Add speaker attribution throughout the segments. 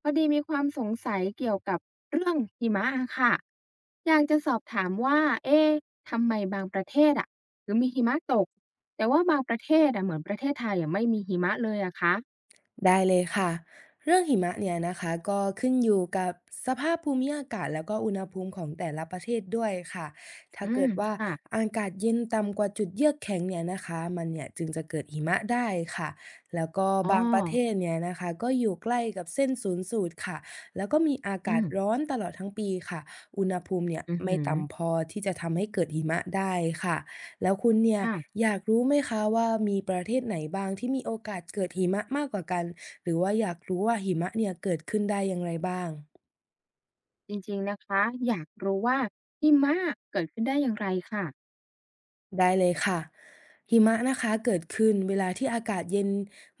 Speaker 1: พอดีมีความสงสัยเกี่ยวกับเรื่องหิมะอะค่ะอยากจะสอบถามว่าเอ๊ะทำไมบางประเทศอะถึงมีหิมะตกแต่ว่าบางประเทศอะเหมือนประเทศไทยอะไม่มีหิมะเลยอะคะ
Speaker 2: ได้เลยค่ะเรื่องหิมะเนี่ยนะคะก็ขึ้นอยู่กับสภาพภูมิอากาศแล้วก็อุณหภูมิของแต่ละประเทศด้วยค่ะถ้า
Speaker 1: อื
Speaker 2: เกิ
Speaker 1: ม
Speaker 2: ดว่า
Speaker 1: ค่ะ
Speaker 2: อากาศเย็นต่ำกว่าจุดเยือกแข็งเนี่ยนะคะมันเนี่ยจึงจะเกิดหิมะได้ค่ะแล้วก็
Speaker 1: อ๋อ
Speaker 2: บางประเทศเนี่ยนะคะก็อยู่ใกล้กับเส้นศูนย์สูตรค่ะแล้วก็มีอา
Speaker 1: อื
Speaker 2: กาศ
Speaker 1: ม
Speaker 2: ร้อนตลอดทั้งปีค่ะอุณหภูมิเนี่ย
Speaker 1: อือ
Speaker 2: ไม่
Speaker 1: หือ
Speaker 2: ต่ำพอที่จะทำให้เกิดหิมะได้ค่ะ แล้วคุณเนี่ย
Speaker 1: ค่ะ
Speaker 2: อยากรู้ไหมคะว่ามีประเทศไหนบ้างที่มีโอกาสเกิดหิมะมากกว่ากันหรือว่าอยากรู้ว่าหิมะเนี่ยเกิดขึ้นได้อย่างไรบ้าง
Speaker 1: จริงๆนะคะอยากรู้ว่าหิมะเกิดขึ้นได้อย่างไรค่ะ
Speaker 2: ได้เลยค่ะหิมะนะคะเกิดขึ้นเวลาที่อากาศเย็น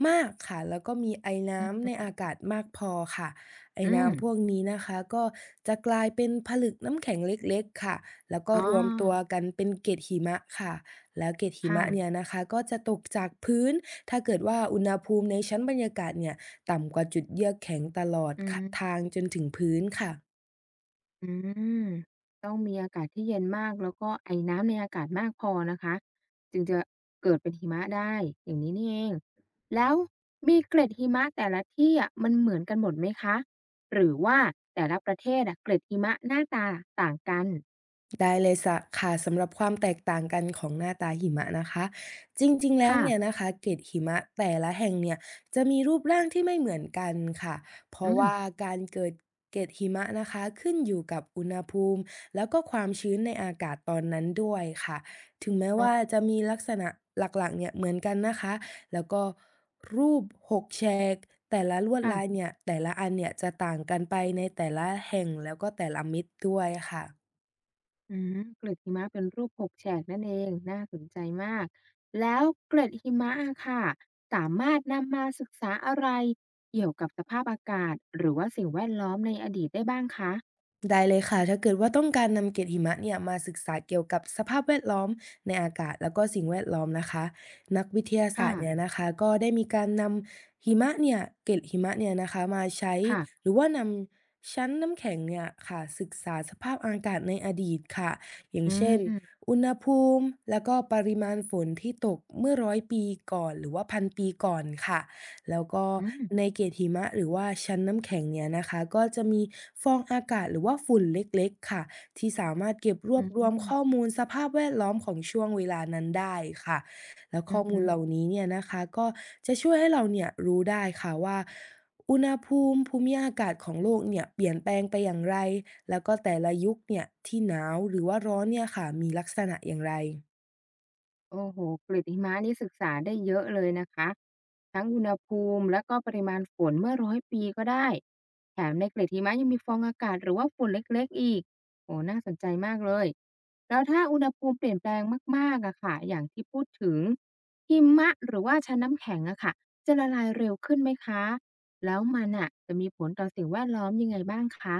Speaker 2: มากค่ะแล้วก็มีไอ
Speaker 1: อื
Speaker 2: น้ำใน
Speaker 1: ม
Speaker 2: อากาศมากพอค่ะไอ
Speaker 1: อ
Speaker 2: น้ำ
Speaker 1: ม
Speaker 2: พวกนี้นะคะก็จะกลายเป็นผลึกน้ำแข็งเล็กๆค่ะแล้วก็
Speaker 1: อ๋อ
Speaker 2: รวมตัวกันเป็นเกล็ดหิมะค่ะแล้วเกล็ดหิ
Speaker 1: ค่ะ
Speaker 2: มะเนี่ยนะคะก็จะตกจากพื้นถ้าเกิดว่าอุณหภูมิในชั้นบรรยากาศเนี่ยต่ำกว่าจุดเยือกแข็งตลอด
Speaker 1: อืม
Speaker 2: ค่ะทางจนถึงพื้นค่ะ
Speaker 1: อืมต้องมีอากาศที่เย็นมากแล้วก็ไอน้ำในอากาศมากพอนะคะจึงจะเกิดเป็นหิมะได้อย่างนี้นี่เองแล้วมีเกล็ดหิมะแต่ละที่อะมันเหมือนกันหมดไหมคะหรือว่าแต่ละประเทศอะเกล็ดหิมะหน้าตาต่างกัน
Speaker 2: ได้เลยสะค่ะสำหรับความแตกต่างกันของหน้าตาหิมะนะคะจริงๆแล้ว
Speaker 1: ค่ะ
Speaker 2: เนี่ยนะคะเกล็ดหิมะแต่ละแห่งเนี่ยจะมีรูปร่างที่ไม่เหมือนกันค่ะเพ
Speaker 1: อื
Speaker 2: ราะ
Speaker 1: ม
Speaker 2: ว่าการเกิดเกล็ดหิมะนะคะขึ้นอยู่กับอุณหภูมิแล้วก็ความชื้นในอากาศตอนนั้นด้วยค่ะถึงแม้
Speaker 1: อ๋อ
Speaker 2: ว่าจะมีลักษณะหลักๆเนี่ยเหมือนกันนะคะแล้วก็รูปหกแฉกแต่ละลวด
Speaker 1: ค่ะ
Speaker 2: ลายเนี่ยแต่ละอันเนี่ยจะต่างกันไปในแต่ละแห่งแล้วก็แต่ละมิติด้วยค่ะ
Speaker 1: อืมเกล็ดหิมะเป็นรูปหกแฉกนั่นเองน่าสนใจมากแล้วเกล็ดหิมะอะค่ะสามารถนำมาศึกษาอะไรเกี่ยวกับสภาพอากาศหรือว่าสิ่งแวดล้อมในอดีตได้บ้างคะ
Speaker 2: ได้เลยค่ะ ถ้าเกิดว่าต้องการนำเกล็ดหิมะเนี่ยมาศึกษาเกี่ยวกับสภาพแวดล้อมในอากาศแล้วก็สิ่งแวดล้อมนะคะนักวิทยาศา
Speaker 1: ค่ะ
Speaker 2: สตร์เนี่ยนะคะก็ได้มีการนำหิมะเนี่ยเกล็ดหิมะเนี่ยนะคะมาใช้
Speaker 1: ค่ะ
Speaker 2: หรือว่านำชั้นน้ำแข็งเนี่ยค่ะศึกษาสภาพอากาศในอดีตค่ะอย่าง
Speaker 1: อืม
Speaker 2: เช่น
Speaker 1: อืม
Speaker 2: อุณหภูมิแล้วก็ปริมาณฝนที่ตกเมื่อร้อยปีก่อนหรือว่าพันปีก่อนค่ะ แล้วก็
Speaker 1: อือ
Speaker 2: ในเกล็ดหิมะหรือว่าชั้นน้ำแข็งเนี่ยนะคะก็จะมีฟองอากาศหรือว่าฝุ่นเล็กๆค่ะที่สามารถเก็บรวบรวม
Speaker 1: อื
Speaker 2: ข้อมูลสภาพแวดล้อมของช่วงเวลานั้นได้ค่ะแล้วข้อมูล
Speaker 1: ม
Speaker 2: เหล่านี้เนี่ยนะคะก็จะช่วยให้เราเนี่ยรู้ได้ค่ะว่าอุณหภูมิภูมิอากาศของโลกเนี่ยเปลี่ยนแปลงไปอย่างไรแล้วก็แต่ละยุคเนี่ยที่หนาวหรือว่าร้อนเนี่ยค่ะมีลักษณะอย่างไร
Speaker 1: โอ้โห เกล็ดหิมะนี่ศึกษาได้เยอะเลยนะคะทั้งอุณหภูมิและก็ปริมาณฝนเมื่อร้อยปีก็ได้แถมในเกล็ดหิมะยังมีฟองอากาศหรือว่าฝุ่นเล็กๆอีกโอ้น่าสนใจมากเลยแล้วถ้าอุณหภูมิเปลี่ยนแปลงมากๆอะค่ะอย่างที่พูดถึงหิมะหรือว่าชั้นน้ำแข็งอะค่ะจะละลายเร็วขึ้นไหมคะแล้วมันอะจะมีผลต่อสิ่งแวดล้อมยังไงบ้างคะ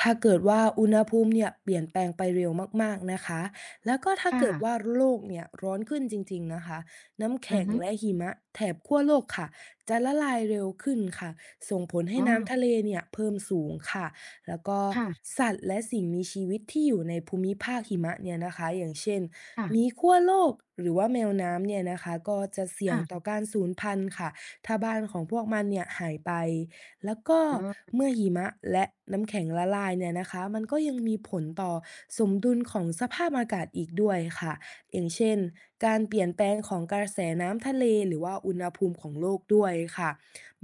Speaker 2: ถ้าเกิดว่าอุณหภูมิเนี่ยเปลี่ยนแปลงไปเร็วมากๆนะคะแล้วก็ถ้า
Speaker 1: ค่ะ
Speaker 2: เกิดว่าโลกเนี่ยร้อนขึ้นจริงๆนะคะน้ำ
Speaker 1: อื
Speaker 2: แข็
Speaker 1: อ
Speaker 2: ง
Speaker 1: ฮึ
Speaker 2: และหิมะแถบขั้วโลกค่ะจะละลายเร็วขึ้นค่ะส่งผลให้
Speaker 1: อ๋อ
Speaker 2: น้ำทะเลเนี่ยเพิ่มสูงค่ะแล้วก็
Speaker 1: ค่ะ
Speaker 2: สัตว์และสิ่งมีชีวิตที่อยู่ในภูมิภาคหิมะเนี่ยนะคะอย่างเช่น
Speaker 1: ค่ะ
Speaker 2: หมีขั้วโลกหรือว่าแมวน้ำเนี่ยนะคะก็จะเสี่ยงต่อ
Speaker 1: ค่ะ
Speaker 2: การสูญพันธุ์ค่ะถ้าบ้านของพวกมันเนี่ยหายไป แล้วก็
Speaker 1: อ๋อ
Speaker 2: เมื่อหิมะและน้ำแข็งละลายเนี่ยนะคะมันก็ยังมีผลต่อสมดุลของสภาพอากาศอีกด้วยค่ะอย่างเช่นการเปลี่ยนแปลงของกระแสน้ำทะเลหรือว่าอุณหภูมิของโลกด้วยค่ะ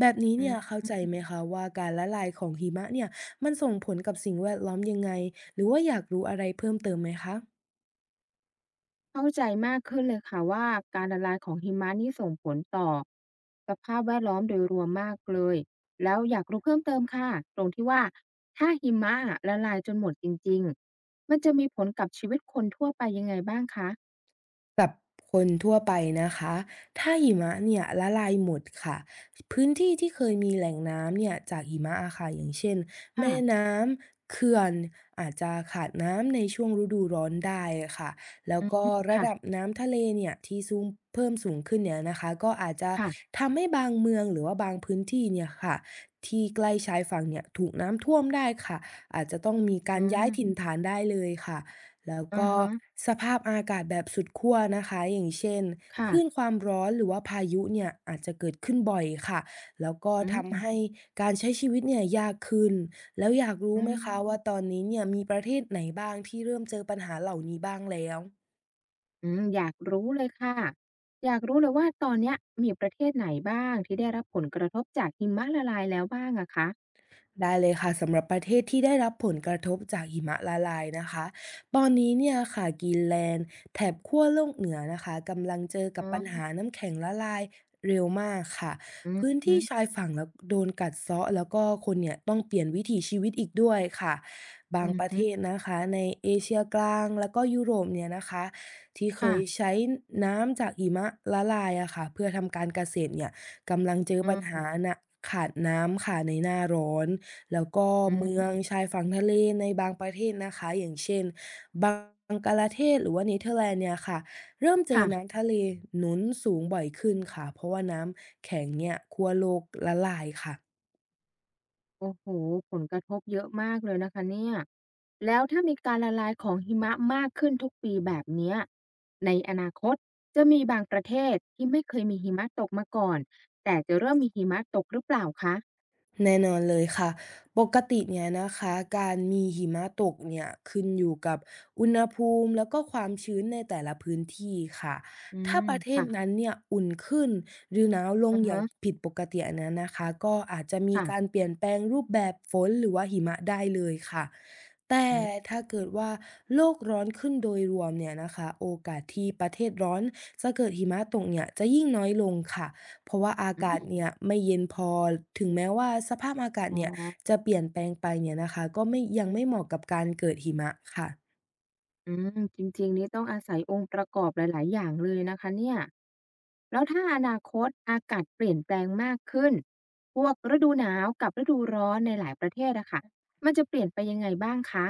Speaker 2: แบบนี้
Speaker 1: อื
Speaker 2: เนี่
Speaker 1: ม
Speaker 2: ยเข้าใจไหมคะว่าการละลายของหิมะเนี่ยมันส่งผลกับสิ่งแวดล้อมยังไงหรือว่าอยากรู้อะไรเพิ่มเติมไหมคะ
Speaker 1: เข้าใจมากขึ้นเลยค่ะว่าการละลายของหิมะนี่ส่งผลต่อสภาพแวดล้อมโดยรวมมากเลย แล้วอยากรู้เพิ่มเติมค่ะตรงที่ว่าถ้าหิมะละลายจนหมดจริงๆมันจะมีผลกับชีวิตคนทั่วไปยังไงบ้างคะ
Speaker 2: กับคนทั่วไปนะคะถ้าหิมะเนี่ยละลายหมดค่ะพื้นที่ที่เคยมีแหล่งน้ำเนี่ยจากหิมะอะค่ะอย่างเช่น
Speaker 1: ค่ะ
Speaker 2: แม่น้ำเขื่อนอาจจะขาดน้ำในช่วงฤดูร้อนได้ค่ะแล้ว
Speaker 1: อืม
Speaker 2: ก็ระ
Speaker 1: ค่ะ
Speaker 2: ดับน้ำทะเลเนี่ยที่สูงเพิ่มสูงขึ้นเนี่ยนะคะก็อาจจะ
Speaker 1: ค่ะ
Speaker 2: ทำให้บางเมืองหรือว่าบางพื้นที่เนี่ยค่ะที่ใกล้ชายฝั่งเนี่ยถูกน้ำท่วมได้ค่ะอาจจะต้องมีกา
Speaker 1: อ
Speaker 2: รย้ายถิ่น
Speaker 1: ม
Speaker 2: ฐานได้เลยค่ะ แล้ว
Speaker 1: อะ
Speaker 2: ก็
Speaker 1: ฮะ
Speaker 2: สภาพอากาศแบบสุดขั้วนะคะอย่างเช่นค
Speaker 1: ค่ะ
Speaker 2: ลื่นความร้อนหรือว่าพายุเนี่ยอาจจะเกิดขึ้นบ่อยค่ะแล้วก็
Speaker 1: อืมอื
Speaker 2: ทำ
Speaker 1: ม
Speaker 2: ให้การใช้ชีวิตเนี่ยยากขึ้นแล้วอยากรู้ไหมคะว่าตอนนี้เนี่ยมีประเทศไหนบ้างที่เริ่มเจอปัญหาเหล่านี้บ้างแล้ว
Speaker 1: อืมอยากรู้เลยค่ะ อยากรู้เลยว่าตอนเนี้ยมีประเทศไหนบ้างที่ได้รับผลกระทบจากหิมะละลายแล้วบ้างอะคะ
Speaker 2: ได้เลยค่ะสำหรับประเทศที่ได้รับผลกระทบจากหิมะละลายนะคะตอนนี้เนี่ยค่ะกรีนแลนด์แถบขั้วโลกเหนือนะคะกำลังเจอกั
Speaker 1: อ๋
Speaker 2: บปัญ
Speaker 1: อ
Speaker 2: หาน้ำแข็งละลายเร็วมากค่ะ
Speaker 1: อือ
Speaker 2: พื้น
Speaker 1: ฮึ
Speaker 2: ที่ชายฝั่งแล้วโดนกัดเซาะแล้วก็คนเนี่ยต้องเปลี่ยนวิถีชีวิตอีกด้วยค่ะบา
Speaker 1: อื
Speaker 2: ง
Speaker 1: อ
Speaker 2: ประเท
Speaker 1: ฮึ
Speaker 2: ศนะคะในเอเชียกลางแล้วก็ยุโรปเนี่ยนะคะที่เคย
Speaker 1: ค่ะ
Speaker 2: ใช้น้ำจากหิมะละลายอะค่ะเพื่อทำการเกษตรเนี่ยกำลังเจอ
Speaker 1: อื
Speaker 2: ปั
Speaker 1: อ
Speaker 2: ญหา
Speaker 1: ฮ
Speaker 2: นะขาดน้ำค่ะในหน้าร้อน แล้วก็เมือ
Speaker 1: ึ
Speaker 2: งชายฝั่งทะเลในบางประเทศนะคะอย่างเช่นบังกลาเทศหรือว่าเนเธอร์แลนด์เนี่ยค่ะเริ่มเจอ
Speaker 1: ค่ะ
Speaker 2: น้ำทะเลหนุนสูงบ่อยขึ้นค่ะเพราะว่าน้ำแข็งเนี่ยขั้วโลกละลายค่ะ
Speaker 1: โอ้โฮผลกระทบเยอะมากเลยนะคะเนี่ยแล้วถ้ามีการละลายของหิมะมากขึ้นทุกปีแบบเนี้ยในอนาคตจะมีบางประเทศที่ไม่เคยมีหิมะตกมาก่อนแต่จะเริ่มมีหิมะตกหรือเปล่าคะ
Speaker 2: แน่นอนเลยค่ะปกติเนี่ยนะคะการมีหิมะตกเนี่ยขึ้นอยู่กับอุณหภูมิแล้วก็ความชื้นในแต่ละพื้นที่ค่ะ
Speaker 1: อื
Speaker 2: ถ้า
Speaker 1: ม
Speaker 2: ประเทศ
Speaker 1: ค่ะ
Speaker 2: นั้นเนี่ยอุ่นขึ้นหรือหนาวลง
Speaker 1: อะ
Speaker 2: อย่าง
Speaker 1: ฮะ
Speaker 2: ผิดปกติอันนั้นนะคะก็อาจจะมี
Speaker 1: ค่ะ
Speaker 2: การเปลี่ยนแปลงรูปแบบฝนหรือว่าหิมะได้เลยค่ะแต่
Speaker 1: อืม
Speaker 2: ถ้าเกิดว่าโลกร้อนขึ้นโดยรวมเนี่ยนะคะโอกาสที่ประเทศร้อนจะเกิดหิมะตกเนี่ยจะยิ่งน้อยลงค่ะ เพราะว่าอากาศเนี่ยไม่เย็นพอถึงแม้ว่าสภาพอากาศ
Speaker 1: อ๋อ
Speaker 2: เนี่ยจะเปลี่ยนแปลงไปเนี่ยนะคะก็ไม่ยังไม่เหมาะกับการเกิดหิมะค่ะ
Speaker 1: อืมจริงๆนี่ต้องอาศัยองค์ประกอบหลายๆอย่างเลยนะคะเนี่ยแล้วถ้าอนาคตอากาศเปลี่ยนแปลงมากขึ้นพวกฤดูหนาวกับฤดูร้อนในหลายประเทศอะค่ะมันจะเปลี่ยนไปยังไงบ้างคะ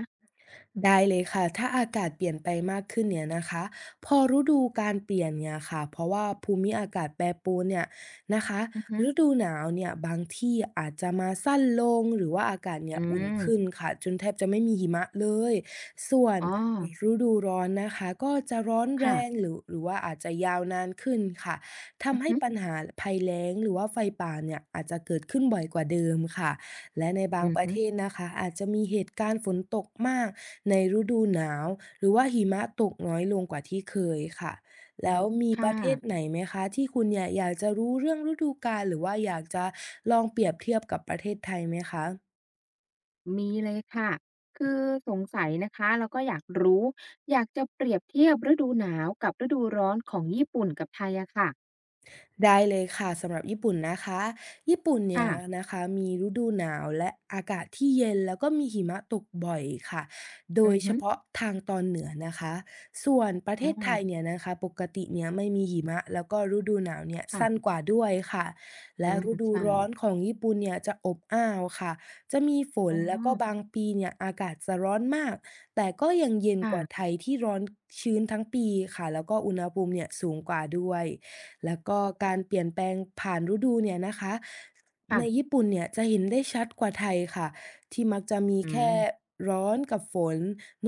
Speaker 2: ได้เลยค่ะถ้าอากาศเปลี่ยนไปมากขึ้นเนี่ยนะคะพอฤดูการเปลี่ยนเนี่ยค่ะเพราะว่าภูมิอากาศแปรปรวนเนี่ยนะคะ
Speaker 1: อือฮึ
Speaker 2: ฤดูหนาวเนี่ยบางที่อาจจะมาสั้นลงหรือว่าอากาศเนี่
Speaker 1: อื
Speaker 2: ยอุ่นขึ้น
Speaker 1: ม
Speaker 2: ค่ะจนแทบจะไม่มีหิมะเลยส่วน
Speaker 1: อ๋อ
Speaker 2: ฤดูร้อนนะคะก็จะร้อนแรง
Speaker 1: ค่ะ
Speaker 2: หรือหรือว่าอาจจะยาวนานขึ้นค่ะ
Speaker 1: อื
Speaker 2: ทำ
Speaker 1: อ
Speaker 2: ให้
Speaker 1: ฮึ
Speaker 2: ปัญหาภัยแล้งหรือว่าไฟป่าเนี่ยอาจจะเกิดขึ้นบ่อยกว่าเดิมค่ะ และในบาง
Speaker 1: อือ
Speaker 2: ประ
Speaker 1: ฮึ
Speaker 2: เทศนะคะอาจจะมีเหตุการณ์ฝนตกมากในฤดูหนาวหรือว่าหิมะตกน้อยลงกว่าที่เคยค่ะ
Speaker 1: อื
Speaker 2: แล้
Speaker 1: ม
Speaker 2: วมี
Speaker 1: ค
Speaker 2: ประเทศ
Speaker 1: ่ะ
Speaker 2: ไหนไหมคะที่คุณเนี่ยอยากจะรู้เรื่องฤดูกาลหรือว่าอยากจะลองเปรียบเทียบกับประเทศไทยไหมคะ
Speaker 1: มีเลยค่ะคือสงสัยนะคะแล้วก็อยากรู้อยากจะเปรียบเทียบฤดูหนาวกับฤดูร้อนของญี่ปุ่นกับไทยอะค่ะ
Speaker 2: ได้เลยค่ะสำหรับญี่ปุ่นนะคะญี่ปุ่นเนี่
Speaker 1: ค่ะ
Speaker 2: ยนะคะมีฤดูหนาวและอากาศที่เย็นแล้วก็มีหิมะตกบ่อยค่ะโด
Speaker 1: อื
Speaker 2: ย
Speaker 1: อ
Speaker 2: เฉ
Speaker 1: ฮึ
Speaker 2: พาะทางตอนเหนือนะคะส่วนประเท
Speaker 1: อ๋อ
Speaker 2: ศไทยเนี่ยนะคะปกติเนี่ยไม่มีหิมะแล้วก็ฤดูหนาวเนี่ยสั้น
Speaker 1: ค่ะ
Speaker 2: กว่าด้วยค่ะ
Speaker 1: อื
Speaker 2: และ
Speaker 1: ม
Speaker 2: ฤดู
Speaker 1: ใช่
Speaker 2: ร้อนของญี่ปุ่นเนี่ยจะอบอ้าวค่ะจะมีฝน
Speaker 1: อ๋อ
Speaker 2: แล้วก็บางปีเนี่ยอากาศจะร้อนมากแต่ก็ยังเย็นกว่าไท
Speaker 1: ค่ะ
Speaker 2: ยที่ร้อนชื้นทั้งปีค่ะแล้วก็อุณหภูมิเนี่ยสูงกว่าด้วย แล้วก็การเปลี่ยนแปลงผ่านฤดูเนี่ยนะคะใน
Speaker 1: ค่ะ
Speaker 2: ญี่ปุ่นเนี่ยจะเห็นได้ชัดกว่าไทยค่ะที่มักจะมี
Speaker 1: อื
Speaker 2: แค่
Speaker 1: ม
Speaker 2: ร้อนกับฝน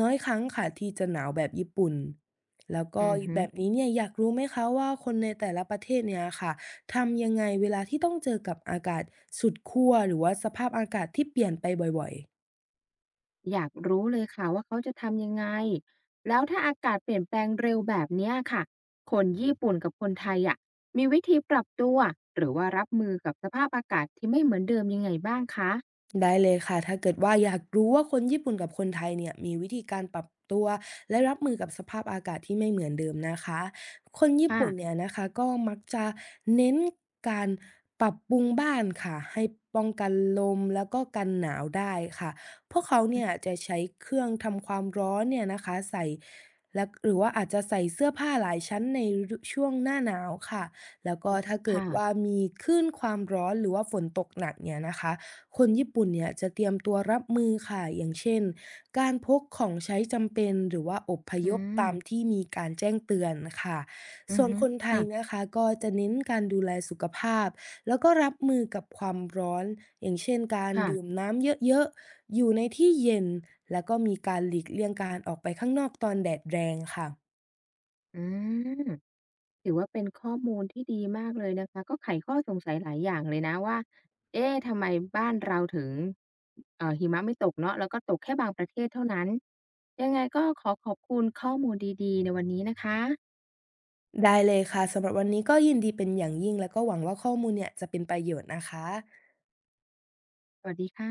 Speaker 2: น้อยครั้งค่ะที่จะหนาวแบบญี่ปุ่นแล้วก็
Speaker 1: อือฮึ
Speaker 2: แบบนี้เนี่ยอยากรู้ไหมคะว่าคนในแต่ละประเทศเนี่ยค่ะทำยังไงเวลาที่ต้องเจอกับอากาศสุดขั้วหรือว่าสภาพอากาศที่เปลี่ยนไปบ่อยๆ
Speaker 1: อยากรู้เลยค่ะว่าเขาจะทำยังไงแล้วถ้าอากาศเปลี่ยนแปลงเร็วแบบเนี้ยค่ะ คนญี่ปุ่นกับคนไทยอะมีวิธีปรับตัวหรือว่ารับมือกับสภาพอากาศที่ไม่เหมือนเดิมยังไงบ้างคะ
Speaker 2: ได้เลยค่ะถ้าเกิดว่าอยากรู้ว่าคนญี่ปุ่นกับคนไทยเนี่ยมีวิธีการปรับตัวและรับมือกับสภาพอากาศที่ไม่เหมือนเดิมนะคะคนญี่
Speaker 1: ค่ะ
Speaker 2: ปุ่นเนี่ยนะคะก็มักจะเน้นการปรับปรุงบ้านค่ะให้ป้องกันลมแล้วก็กันหนาวได้ค่ะพวกเขา
Speaker 1: อือ
Speaker 2: เนี่ยจะใช้เครื่องทำความร้อนเนี่ยนะคะใส่และหรือว่าอาจจะใส่เสื้อผ้าหลายชั้นในฤดูช่วงหน้าหนาวค่ะแล้วก็
Speaker 1: ฮึ
Speaker 2: ถ้าเกิด
Speaker 1: ค่ะ
Speaker 2: ว่ามีคลื่นความร้อนหรือว่าฝนตกหนักเนี่ยนะคะ คนญี่ปุ่นเนี่ยจะเตรียมตัวรับมือค่ะอย่างเช่นการพกของใช้จำเป็นหรือว่าอพ
Speaker 1: อื
Speaker 2: ยพ
Speaker 1: ม
Speaker 2: ตามที่มีการแจ้งเตือนค่ะ
Speaker 1: อื
Speaker 2: ส่
Speaker 1: อ
Speaker 2: วน
Speaker 1: ฮึ
Speaker 2: คนไทย
Speaker 1: ค่ะ
Speaker 2: นะคะก็จะเน้นการดูแลสุขภาพแล้วก็รับมือกับความร้อนอย่างเช่นการ
Speaker 1: ค่ะ
Speaker 2: ดื่มน้ำเยอะๆอยู่ในที่เย็นแล้วก็มีการหลีกเลี่ยงการออกไปข้างนอกตอนแดดแรงค่ะ
Speaker 1: อืม ถือว่าเป็นข้อมูลที่ดีมากเลยนะคะ ก็ไขข้อสงสัยหลายอย่างเลยนะว่า เอ๊ะทำไมบ้านเราถึงหิมะไม่ตกเนาะแล้วก็ตกแค่บางประเทศเท่านั้น ยังไงก็ขอขอบคุณข้อมูลดีๆในวันนี้นะคะ
Speaker 2: ได้เลยค่ะสำหรับวันนี้ก็ยินดีเป็นอย่างยิ่งแล้วก็หวังว่าข้อมูลเนี่ยจะเป็นประโยชน์นะคะ
Speaker 1: สวัสดีค่ะ